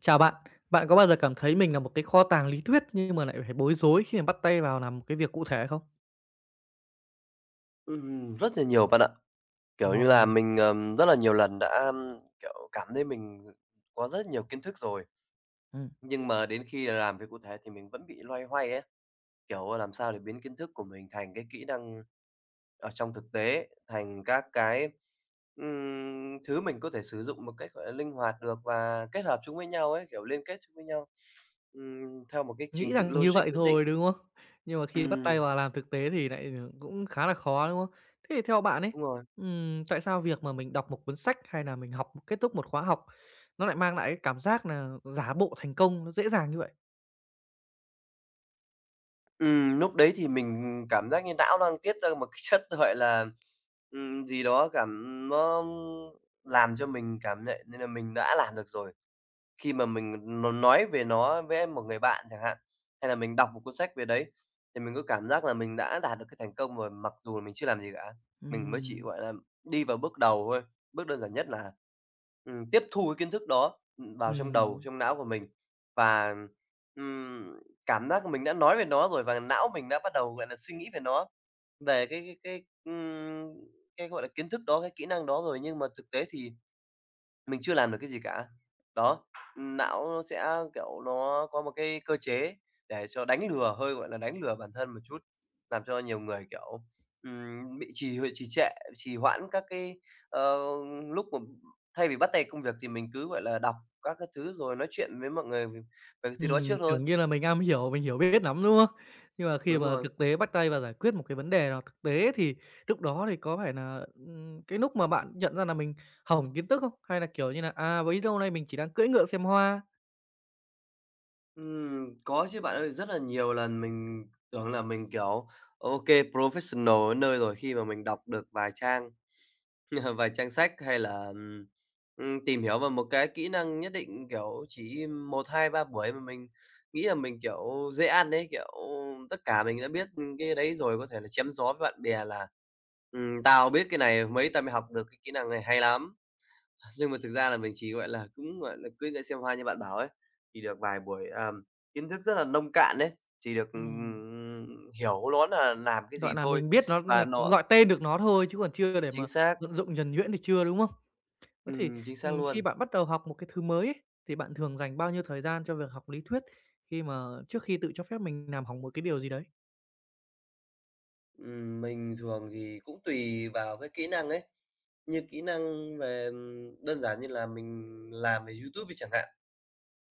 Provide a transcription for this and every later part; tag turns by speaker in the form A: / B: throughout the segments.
A: Chào bạn, bạn có bao giờ cảm thấy mình là một cái kho tàng lý thuyết nhưng mà lại phải bối rối khi mà bắt tay vào làm một cái việc cụ thể không?
B: Rất là nhiều bạn ạ. Kiểu như
A: Ồ,
B: là, mình, rất là nhiều lần đã, kiểu, cảm thấy mình có rất nhiều kiến thức rồi,
A: ừm.
B: nhưng mà đến khi làm việc cụ thể thì mình vẫn bị loay hoay ấy, kiểu, làm sao để biến kiến thức của mình thành cái kỹ năng ở trong thực tế, thành các cái, thứ mình có thể sử dụng một cách, gọi là, linh hoạt được và kết hợp chúng với nhau ấy, kiểu, liên kết chúng với nhau, theo một cái
A: Nghĩ
B: trình tự
A: rằng như
B: logic
A: vậy
B: nhất định.
A: thôi, đúng không? Nhưng mà khi bắt tay
B: Ừm,
A: vào làm thực tế thì lại, cũng khá là khó, đúng không? Thế thì theo bạn ấy,
B: đúng rồi.
A: tại sao việc mà mình đọc một cuốn sách hay là mình học kết thúc một khóa học nó lại mang lại cái cảm giác là giả bộ thành công nó dễ dàng như vậy?
B: Núc đấy thì mình cảm giác như não đang tiết ra một cái chất, gọi là, gì đó nó làm cho mình cảm nhận nên là mình đã làm được rồi. Khi mà mình nói về nó với một người bạn chẳng hạn, hay là mình đọc một cuốn sách về đấy, thì mình có cảm giác là mình đã đạt được cái thành công rồi, mặc dù là mình chưa làm gì cả. Mình mới chỉ,
A: Ừm.
B: gọi là, đi vào bước đầu thôi, bước đơn giản nhất là, tiếp thu cái kiến thức đó, vào trong đầu,
A: Ừm.
B: trong não của mình và, ừm, cảm giác mình đã nói về nó rồi và não mình đã bắt đầu, gọi là, suy nghĩ về nó, về cái, gọi là, kiến thức đó, cái kỹ năng đó rồi. Nhưng mà thực tế thì mình chưa làm được cái gì cả. Đó, não nó sẽ, kiểu, nó có một cái cơ chế để cho đánh lừa, hơi, gọi là, đánh lừa bản thân một chút, làm cho nhiều người, kiểu, bị trì trệ, trì hoãn các cái, ờ, lúc mà thay vì bắt tay công việc thì mình cứ, gọi là, đọc các cái thứ rồi nói chuyện với mọi người về về cái thứ đó trước thôi.
A: Tưởng như là mình am hiểu, mình hiểu biết lắm, đúng không? Nhưng mà khi
B: Đúng
A: mà
B: rồi.
A: thực tế bắt tay vào giải quyết một cái vấn đề nào thực tế thì lúc đó thì có phải là cái lúc mà bạn nhận ra là mình hỏng kiến thức không? Hay là, kiểu như là à, bấy lâu nay mình chỉ đang cưỡi ngựa xem hoa,
B: Có chứ bạn ơi, rất là nhiều lần mình tưởng là mình, kiểu, ok professional ở nơi rồi khi mà mình đọc được vài trang Vài trang sách hay là, tìm hiểu về một cái kỹ năng nhất định, kiểu, chỉ một 2 3 buổi mà mình nghĩ là mình, kiểu, dễ ăn đấy kiểu, tất cả mình đã biết, cái đấy rồi, có thể là chém gió với bạn bè là tao biết cái này, mấy tao mới học được cái kỹ năng này hay lắm." Nhưng mà thực ra là mình chỉ, gọi là, cũng, gọi là, cứ ngựa xem hoa như bạn bảo ấy, thì được vài buổi, kiến thức rất là nông cạn đấy chỉ được,
A: ừm,
B: hiểu ló là làm cái
A: gọi
B: gì
A: là
B: thôi,
A: mình biết nó
B: và
A: là
B: nó
A: gọi tên được nó thôi chứ còn chưa để
B: chính
A: mà
B: xác,
A: vận dụng nhuần nhuyễn thì chưa, đúng không? Thế thì,
B: chính xác
A: khi
B: luôn.
A: bạn bắt đầu học một cái thứ mới ấy, thì bạn thường dành bao nhiêu thời gian cho việc học lý thuyết khi mà trước khi tự cho phép mình làm hỏng một cái điều gì đấy?
B: Mình thường thì cũng tùy vào cái kỹ năng ấy. Như kỹ năng về, đơn giản như là mình làm về YouTube đi chẳng hạn,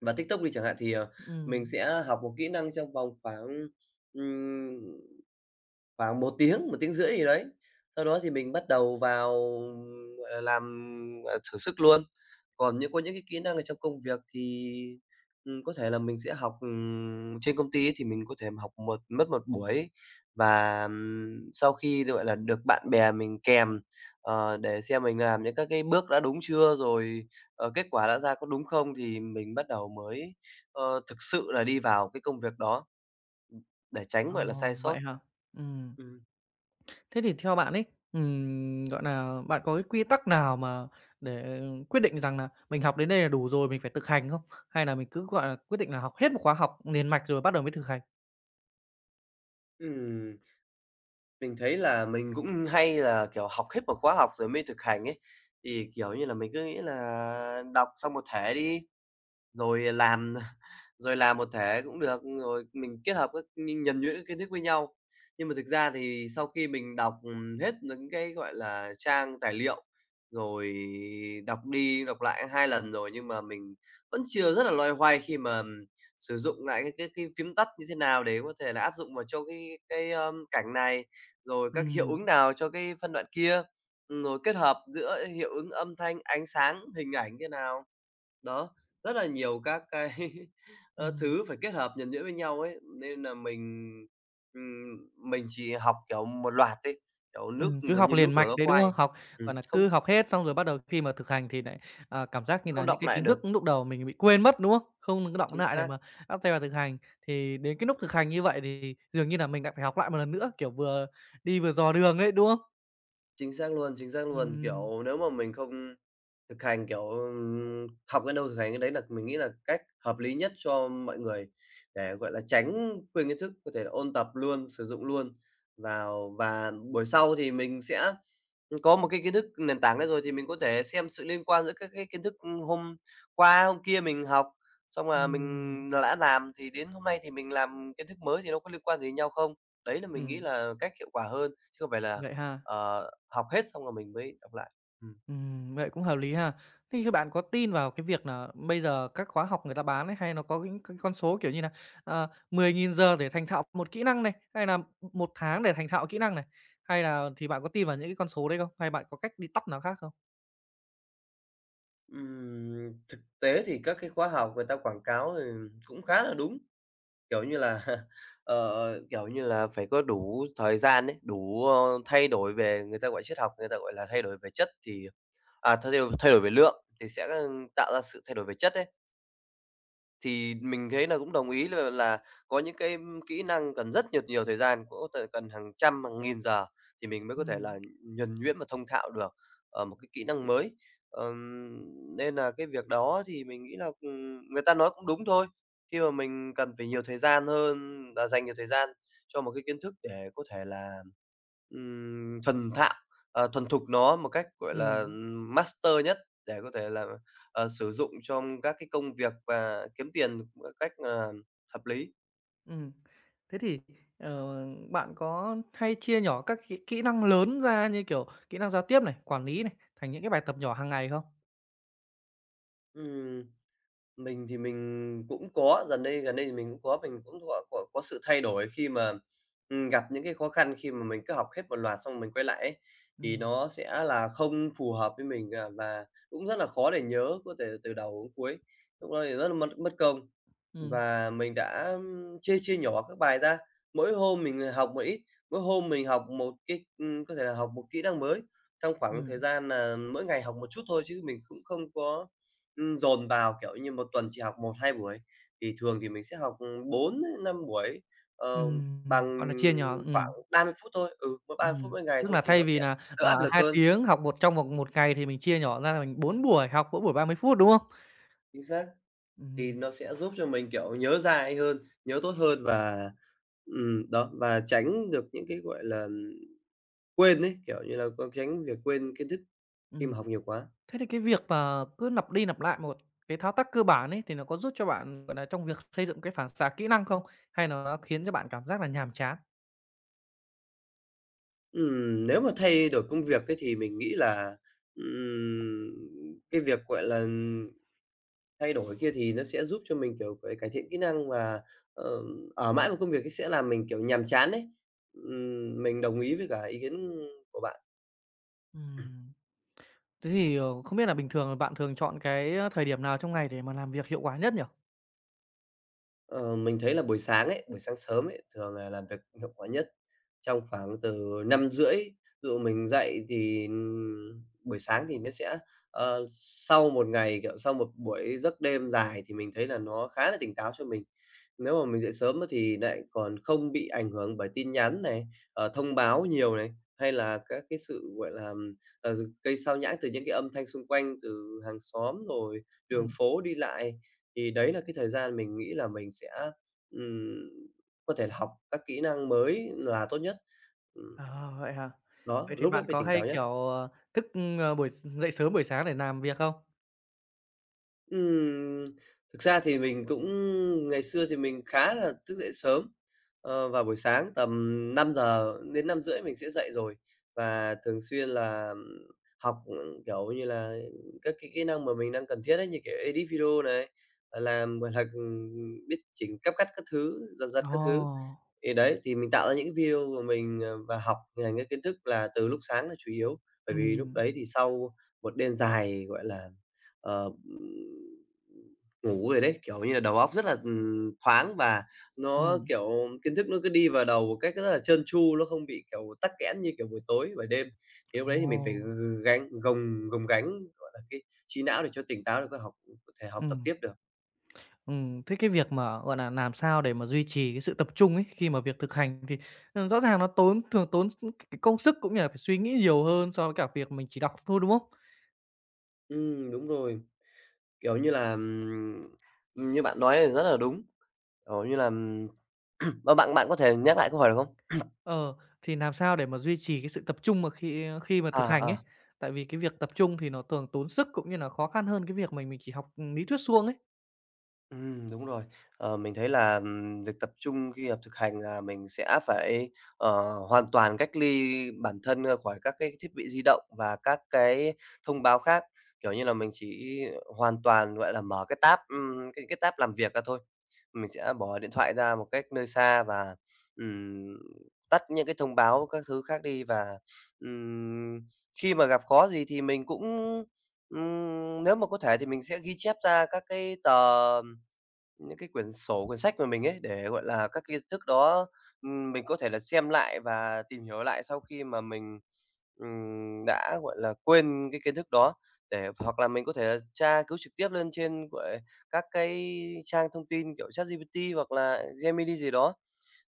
B: và TikTok đi chẳng hạn thì, mình
A: Ừm.
B: sẽ học một kỹ năng trong vòng khoảng một tiếng rưỡi gì đấy. Sau đó thì mình bắt đầu vào, gọi là, làm, à, thử sức luôn. Còn những có những cái kỹ năng ở trong công việc thì, có thể là mình sẽ học, trên công ty ấy thì mình có thể học mất một buổi và, sau khi, gọi là, được bạn bè mình kèm, để xem mình làm những các cái bước đã đúng chưa, rồi, kết quả đã ra có đúng không thì mình bắt đầu mới, thực sự là đi vào cái công việc đó để tránh, gọi là, sai
A: Ồ,
B: sót.
A: vậy hả? Ừm.
B: Ừm.
A: Thế thì theo bạn ấy, gọi là bạn có cái quy tắc nào mà để quyết định rằng là mình học đến đây là đủ rồi, mình phải thực hành không? Hay là mình cứ, gọi là, quyết định là học hết một khóa học liền mạch rồi bắt đầu mới thực hành?
B: Ừm, mình thấy là mình cũng hay là, kiểu, học hết một khóa học rồi mới thực hành ấy, thì, kiểu như là, mình cứ nghĩ là đọc xong một thể đi, rồi làm rồi làm một thể cũng được, rồi mình kết hợp các nhuần nhuyễn các kiến thức với nhau. Nhưng mà thực ra thì sau khi mình đọc, hết những cái, gọi là, trang tài liệu, rồi đọc đi đọc lại 2 lần rồi nhưng mà mình vẫn chưa rất là loay hoay khi mà sử dụng lại cái phím tắt như thế nào để có thể là áp dụng vào cho cái cảnh này, rồi các hiệu
A: Ừm,
B: ứng nào cho cái phân đoạn kia, rồi kết hợp giữa hiệu ứng âm thanh, ánh sáng, hình ảnh như nào. Đó, rất là nhiều các cái,
A: ừm,
B: thứ phải kết hợp nhuần nhuyễn với nhau ấy, nên là mình chỉ học, kiểu, một loạt ấy, kiểu, nước
A: cứ
B: gần
A: học
B: như nước
A: liền
B: đổ
A: mạch
B: lá
A: đấy, đúng
B: khoai.
A: không? Học, gọi là
B: Không
A: cứ học hết xong rồi bắt đầu khi mà thực hành thì lại à, cảm giác như
B: không
A: là những
B: động
A: cái
B: lại
A: kiến
B: được.
A: thức lúc đầu mình bị quên mất, đúng không? Không có đọng
B: Chính
A: lại để
B: xác,
A: mà bắt tay vào thực hành. Thì đến cái núc thực hành như vậy thì dường như là mình lại phải học lại một lần nữa, kiểu, vừa đi vừa dò đường đấy, đúng không?
B: chính xác luôn, chính xác luôn.
A: Ừm,
B: Kiểu, nếu mà mình không thực hành, kiểu, học cái đâu thực hành cái đấy là mình nghĩ là cách hợp lý nhất cho mọi người để, gọi là, tránh quên kiến thức, có thể là ôn tập luôn, sử dụng luôn vào và buổi sau thì mình sẽ có một cái kiến thức nền tảng đó rồi thì mình có thể xem sự liên quan giữa các cái kiến thức, hôm qua, hôm kia mình học, xong là mình
A: ừm,
B: đã làm thì đến hôm nay thì mình làm kiến thức mới thì nó có liên quan gì nhau không? Đấy là mình nghĩ
A: ừm,
B: là cách hiệu quả hơn, chứ không phải là,
A: vậy ha?
B: học hết xong rồi mình mới đọc lại. Ừm.
A: Vậy cũng hợp lý ha. Thế thì bạn có tin vào cái việc là bây giờ các khóa học người ta bán ấy, hay nó có những cái con số, kiểu như là 10.000 giờ để thành thạo một kỹ năng này, hay là một tháng để thành thạo kỹ năng này? Hay là thì bạn có tin vào những cái con số đấy không? Hay bạn có cách đi tắt nào khác không?
B: Thực tế thì các cái khóa học người ta quảng cáo thì cũng khá là đúng. Kiểu như là, kiểu như là, phải có đủ thời gian đấy đủ, thay đổi về người ta gọi triết học, người ta gọi là thay đổi về chất thì à, thay đổi về lượng thì sẽ, tạo ra sự thay đổi về chất đấy. Thì mình thấy là cũng đồng ý là có những cái kỹ năng cần rất nhiều nhiều thời gian, có thể cần hàng trăm, hàng nghìn giờ thì mình mới có thể là
A: Ừm,
B: nhuần nhuyễn và thông thạo được, ở một cái kỹ năng mới. Ờm, nên là cái việc đó thì mình nghĩ là, người ta nói cũng đúng thôi, khi mà mình cần phải nhiều thời gian hơn và dành nhiều thời gian cho một cái kiến thức để có thể là, ừm, thuần thạo, thuần thục nó một cách, gọi là,
A: ừm,
B: master nhất để có thể là sử dụng trong các cái công việc và kiếm tiền một cách, à, hợp lý.
A: ừm. Thế thì, ờ, bạn có hay chia nhỏ các kỹ kỹ năng lớn ra như, kiểu, kỹ năng giao tiếp này, quản lý này, thành những cái bài tập nhỏ hàng ngày không?
B: Ừm. Mình thì mình cũng có, gần đây thì mình cũng có, mình cũng gọi có sự thay đổi khi mà, gặp những cái khó khăn khi mà mình cứ học hết một loạt xong mình quay lại ấy, thì
A: Ừm,
B: nó sẽ là không phù hợp với mình, à, và cũng rất là khó để nhớ có thể từ đầu đến cuối, lúc đó thì rất là mất mất công.
A: ừm.
B: Và mình đã chia chia nhỏ các bài ra, mỗi hôm mình, học một ít, mỗi hôm mình học một cái có thể là học một kỹ năng mới trong khoảng thời
A: Ừm,
B: gian là mỗi ngày học một chút thôi chứ mình cũng không có dồn vào, kiểu như, một tuần chỉ học một 2 buổi, thì thường thì mình sẽ học, bốn 4-5 buổi, ờ, bằng
A: ừm, gọi là, chia nhỏ
B: khoảng
A: ừm,
B: 30 phút thôi. Ừ, mỗi 30 phút
A: ừm.
B: mỗi ngày
A: Tức
B: thôi
A: là
B: thì nó
A: thay
B: sẽ
A: vì nà,
B: đỡ
A: à,
B: áp lực
A: 2
B: hơn.
A: tiếng học một trong vòng một ngày thì mình chia nhỏ ra là mình 4 buổi học, mỗi buổi 30 phút, đúng không?
B: Chính xác, thì
A: Ừm,
B: nó sẽ giúp cho mình, kiểu, nhớ dài hơn, nhớ tốt hơn và, đó, và tránh được những cái, gọi là, quên ấy, kiểu như là, có tránh việc quên kiến thức khi mà
A: ừm.
B: học nhiều quá.
A: Thế thì cái việc mà cứ lặp đi lặp lại một cái thao tác cơ bản ấy, thì nó có giúp cho bạn, gọi nà, trong việc xây dựng cái phản xạ kỹ năng không? Hay nó khiến cho bạn cảm giác là nhàm chán?
B: Nếu mà thay đổi công việc ấy thì mình nghĩ là, ừm, cái việc, gọi là thay đổi kia thì nó sẽ giúp cho mình, kiểu, cái cải thiện kỹ năng và, ờ, ở mãi một công việc ấy sẽ làm mình, kiểu, nhàm chán đấy. Mình đồng ý với cả ý kiến của bạn.
A: Ừm, thế thì, không biết là bình thường là bạn thường chọn cái, thời điểm nào trong ngày để mà làm việc hiệu quả nhất nhỉ?
B: Ờ, mình thấy là buổi sáng ấy, buổi sáng sớm ấy, thường là làm việc hiệu quả nhất trong khoảng từ 5:30, ví dụ mình dậy thì, buổi sáng thì nó sẽ sau một ngày, kiểu, sau một buổi giấc đêm dài thì mình thấy là nó khá là tỉnh táo cho mình. Nếu mà mình dậy sớm á thì lại còn không bị ảnh hưởng bởi tin nhắn này, thông báo nhiều này, hay là các cái sự, gọi là, ờ, cây sao nhãng từ những cái âm thanh xung quanh từ hàng xóm rồi đường
A: Ừm.
B: phố đi lại. Thì đấy là cái thời gian mình nghĩ là mình sẽ, ừm, có thể là học các kỹ năng mới là tốt nhất. Ừm,
A: À, vậy hả?
B: đó,
A: Vậy thì
B: lúc đấy
A: bạn
B: phải
A: có
B: tỉnh
A: hay,
B: táo nhất.
A: kiểu, thức, ờ, buổi s dậy sớm buổi sáng để làm việc không?
B: Ừm, thực ra thì mình cũng ngày xưa thì mình khá là thức dậy sớm, vào buổi sáng tầm 5 giờ đến 5 rưỡi mình sẽ dậy rồi và thường xuyên là học, kiểu như là, các cái kỹ năng mà mình đang cần thiết ấy, như kiểu edit video này, làm, gọi là, biết chỉnh cáp cắt các thứ, giật giật
A: Ồ!
B: các thứ. Thì đấy, thì mình tạo ra những video của mình, và học ngành cái kiến thức là từ lúc sáng là chủ yếu, bởi vì lúc
A: Ừm,
B: đấy thì sau một đêm dài, gọi là, ờ, ngủ rồi đấy, kiểu như là, đầu óc rất là, thoáng và nó,
A: ừm.
B: kiểu, kiến thức nó cứ đi vào đầu một cách rất là trơn tru, nó không bị, kiểu, tắc nghẽn như, kiểu, buổi tối, buổi đêm. Thì lúc đấy thì
A: Ồ!
B: mình phải gánh gồng gồng gánh, gọi là, cái trí não để cho tỉnh táo để có học có thể học tập
A: Ừm,
B: tiếp được.
A: Thế cái việc mà, gọi là, làm sao để mà duy trì cái sự tập trung ấy, khi mà việc thực hành thì, rõ ràng nó thường tốn cái công sức cũng như là phải suy nghĩ nhiều hơn so với cả việc mình chỉ đọc thôi, đúng không?
B: Đúng rồi. Kiểu như là, như bạn nói thì rất là đúng, kiểu như là, bạn bạn có thể nhắc lại câu hỏi được không?
A: Ờ, thì làm sao để mà duy trì cái sự tập trung mà khi mà thực
B: À,
A: hành ấy?
B: à.
A: Tại vì cái việc tập trung thì nó thường tốn sức cũng như là khó khăn hơn cái việc mình chỉ học, lý thuyết suông ấy.
B: Đúng rồi. Mình thấy là, việc tập trung khi học thực hành là mình sẽ phải, hoàn toàn cách ly bản thân, khỏi các cái thiết bị di động và các cái thông báo khác. Kiểu như là, mình chỉ hoàn toàn, gọi là, mở cái tab, cái tab làm việc ra thôi. Mình sẽ bỏ điện thoại ra một cách nơi xa và, ừm, tắt những cái thông báo các thứ khác đi và, ừm, khi mà gặp khó gì thì mình cũng, nếu mà có thể thì mình sẽ ghi chép ra các cái tờ những cái quyển sổ, quyển sách của mình ấy, để, gọi là, các kiến thức đó, mình có thể là xem lại và tìm hiểu lại sau khi mà mình, đã, gọi là, quên cái kiến thức đó, để hoặc là mình có thể là tra cứu trực tiếp lên trên, gọi, các cái trang thông tin kiểu ChatGPT hoặc là Gemini gì đó.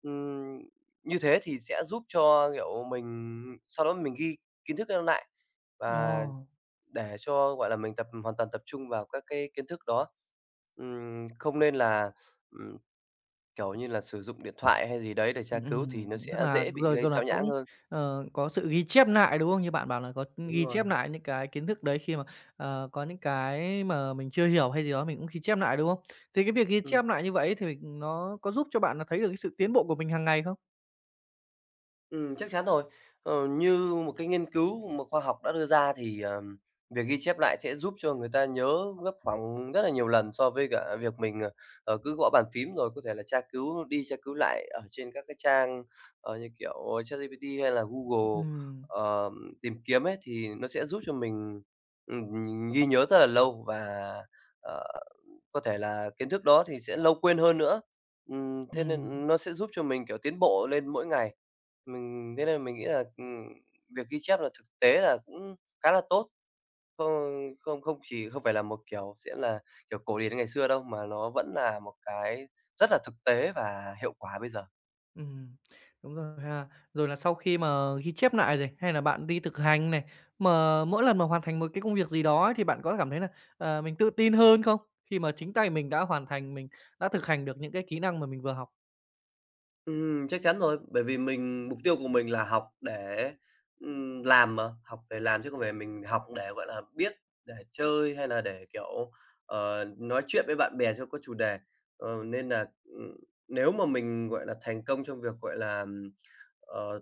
B: Ừm, như thế thì sẽ giúp cho, kiểu, mình sau đó mình ghi kiến thức lên lại và
A: Ồ!
B: để cho, gọi là, mình tập hoàn toàn tập trung vào các cái kiến thức đó. Không nên là, ừm, kiểu như là, sử dụng điện thoại hay gì đấy để tra cứu thì nó
A: Tức
B: sẽ
A: là
B: dễ bị
A: rồi
B: gây
A: còn là
B: sao nhãng
A: cũng,
B: hơn.
A: có sự ghi chép lại đúng không? Như bạn bảo là có
B: Đúng
A: ghi
B: rồi,
A: chép lại những cái kiến thức đấy khi mà, có những cái mà mình chưa hiểu hay gì đó mình cũng ghi chép lại đúng không? Thì cái việc ghi
B: ừm.
A: chép lại như vậy thì nó có giúp cho bạn là thấy được cái sự tiến bộ của mình hàng ngày không?
B: Chắc chắn rồi. Như một cái nghiên cứu mà khoa học đã đưa ra thì, việc ghi chép lại sẽ giúp cho người ta nhớ gấp khoảng rất là nhiều lần so với cả việc mình, cứ gõ bàn phím rồi có thể là tra cứu đi tra cứu lại ở trên các cái trang, như kiểu ChatGPT hay là Google,
A: Ừm.
B: ờm, tìm kiếm ấy, thì nó sẽ giúp cho mình, ghi nhớ rất là lâu và, ờ, có thể là kiến thức đó thì sẽ lâu quên hơn nữa. Thế
A: Ừm.
B: nên nó sẽ giúp cho mình, kiểu, tiến bộ lên mỗi ngày. Mình thế nên mình nghĩ là, việc ghi chép là thực tế là cũng khá là tốt. Không không không chỉ không phải là một kiểu sẽ là kiểu cổ điển ngày xưa đâu, mà nó vẫn là một cái rất là thực tế và hiệu quả bây giờ.
A: Ừm, đúng rồi ha. Rồi là sau khi mà ghi chép lại rồi, hay là bạn đi thực hành này, mà mỗi lần mà hoàn thành một cái công việc gì đó ấy, thì bạn có cảm thấy là, mình tự tin hơn không? Khi mà chính tay mình đã hoàn thành, mình đã thực hành được những cái kỹ năng mà mình vừa học.
B: Chắc chắn rồi, bởi vì mình mục tiêu của mình là học để, làm mà, học để làm chứ không phải mình học để, gọi là, biết, để chơi hay là để, kiểu, nói chuyện với bạn bè cho có chủ đề. Nên là nếu mà mình, gọi là, thành công trong việc, gọi là, ờ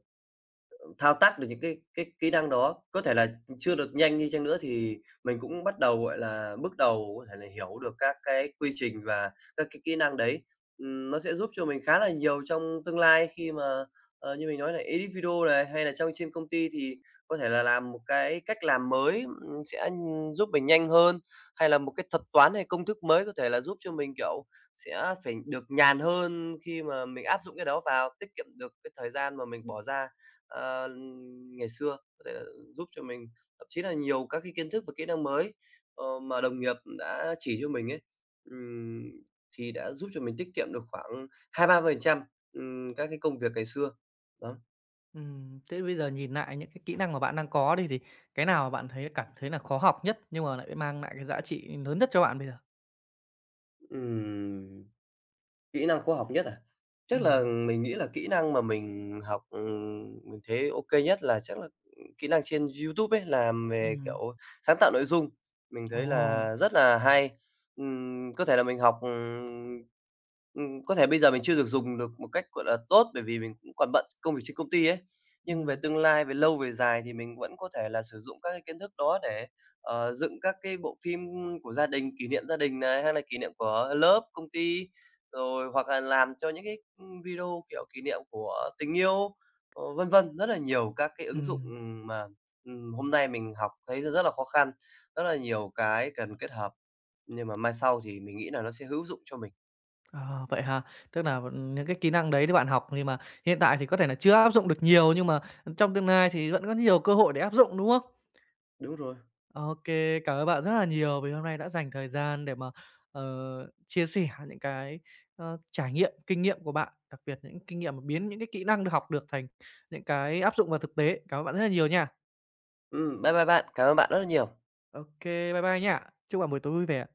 B: thao tác được những cái kỹ năng đó. Có thể là chưa được nhanh đi chăng nữa thì mình cũng bắt đầu, gọi là, bước đầu có thể là hiểu được các cái quy trình và các cái kỹ năng đấy. Nó sẽ giúp cho mình khá là nhiều trong tương lai khi mà, như mình nói là edit video này, hay là trong trên công ty thì có thể là làm một cái cách làm mới, sẽ giúp mình nhanh hơn, hay là một cái thuật toán hay công thức mới có thể là giúp cho mình, kiểu, sẽ phải được nhàn hơn khi mà mình áp dụng cái đó vào, tiết kiệm được cái thời gian mà mình bỏ ra à, ngày xưa, có thể là giúp cho mình thậm chí là nhiều các cái kiến thức và kỹ năng mới, mà đồng nghiệp đã chỉ cho mình ấy, ừm, thì đã giúp cho mình tiết kiệm được khoảng 2-3% các cái công việc ngày xưa. Đó,
A: Thế bây giờ nhìn lại những cái kỹ năng mà bạn đang có đi, thì cái nào mà bạn thấy cảm thấy là khó học nhất, nhưng mà lại mang lại cái giá trị lớn nhất cho bạn bây giờ?
B: ừm. Kỹ năng khó học nhất à? Chắc là
A: Ừm,
B: mình nghĩ là kỹ năng mà mình học, mình thấy ok nhất là chắc là, kỹ năng trên YouTube ấy, làm về,
A: ừm.
B: kiểu, sáng tạo nội dung, mình thấy
A: Ồ,
B: là rất là hay. Có thể là mình học, có thể bây giờ mình chưa được dùng được một cách, gọi là, tốt bởi vì mình cũng còn bận công việc trên công ty ấy, nhưng về
A: ừm.
B: tương lai, về lâu về dài thì mình vẫn có thể là sử dụng các cái kiến thức đó để, dựng các cái bộ phim của gia đình, kỷ niệm gia đình này, hay là kỷ niệm của lớp, công ty. Rồi hoặc là làm cho những cái, video, kiểu, kỷ niệm của tình yêu, vân vân. Rất là nhiều các cái ứng dụng,
A: Ừm.
B: mà, hôm nay mình học thấy rất là khó khăn, rất là nhiều cái cần kết hợp, nhưng mà mai sau thì mình nghĩ là nó sẽ hữu dụng cho mình.
A: À, vậy ha. Tức là những cái kỹ năng đấy thì bạn học nhưng mà hiện tại thì có thể là chưa áp dụng được nhiều, nhưng mà, trong tương lai thì vẫn có nhiều cơ hội để áp dụng, đúng không?
B: Đúng rồi.
A: Ờ, OK, cảm ơn bạn rất là nhiều vì hôm nay đã dành thời gian để mà, ờ, chia sẻ những cái, trải nghiệm, kinh nghiệm của bạn, đặc biệt những kinh nghiệm mà biến những cái kỹ năng được học được thành những cái áp dụng vào thực tế. Cảm ơn bạn rất là nhiều nha.
B: Bye bye bạn. Cảm ơn bạn rất là nhiều.
A: OK, bye bye nha. Chúc bạn buổi tối vui vẻ.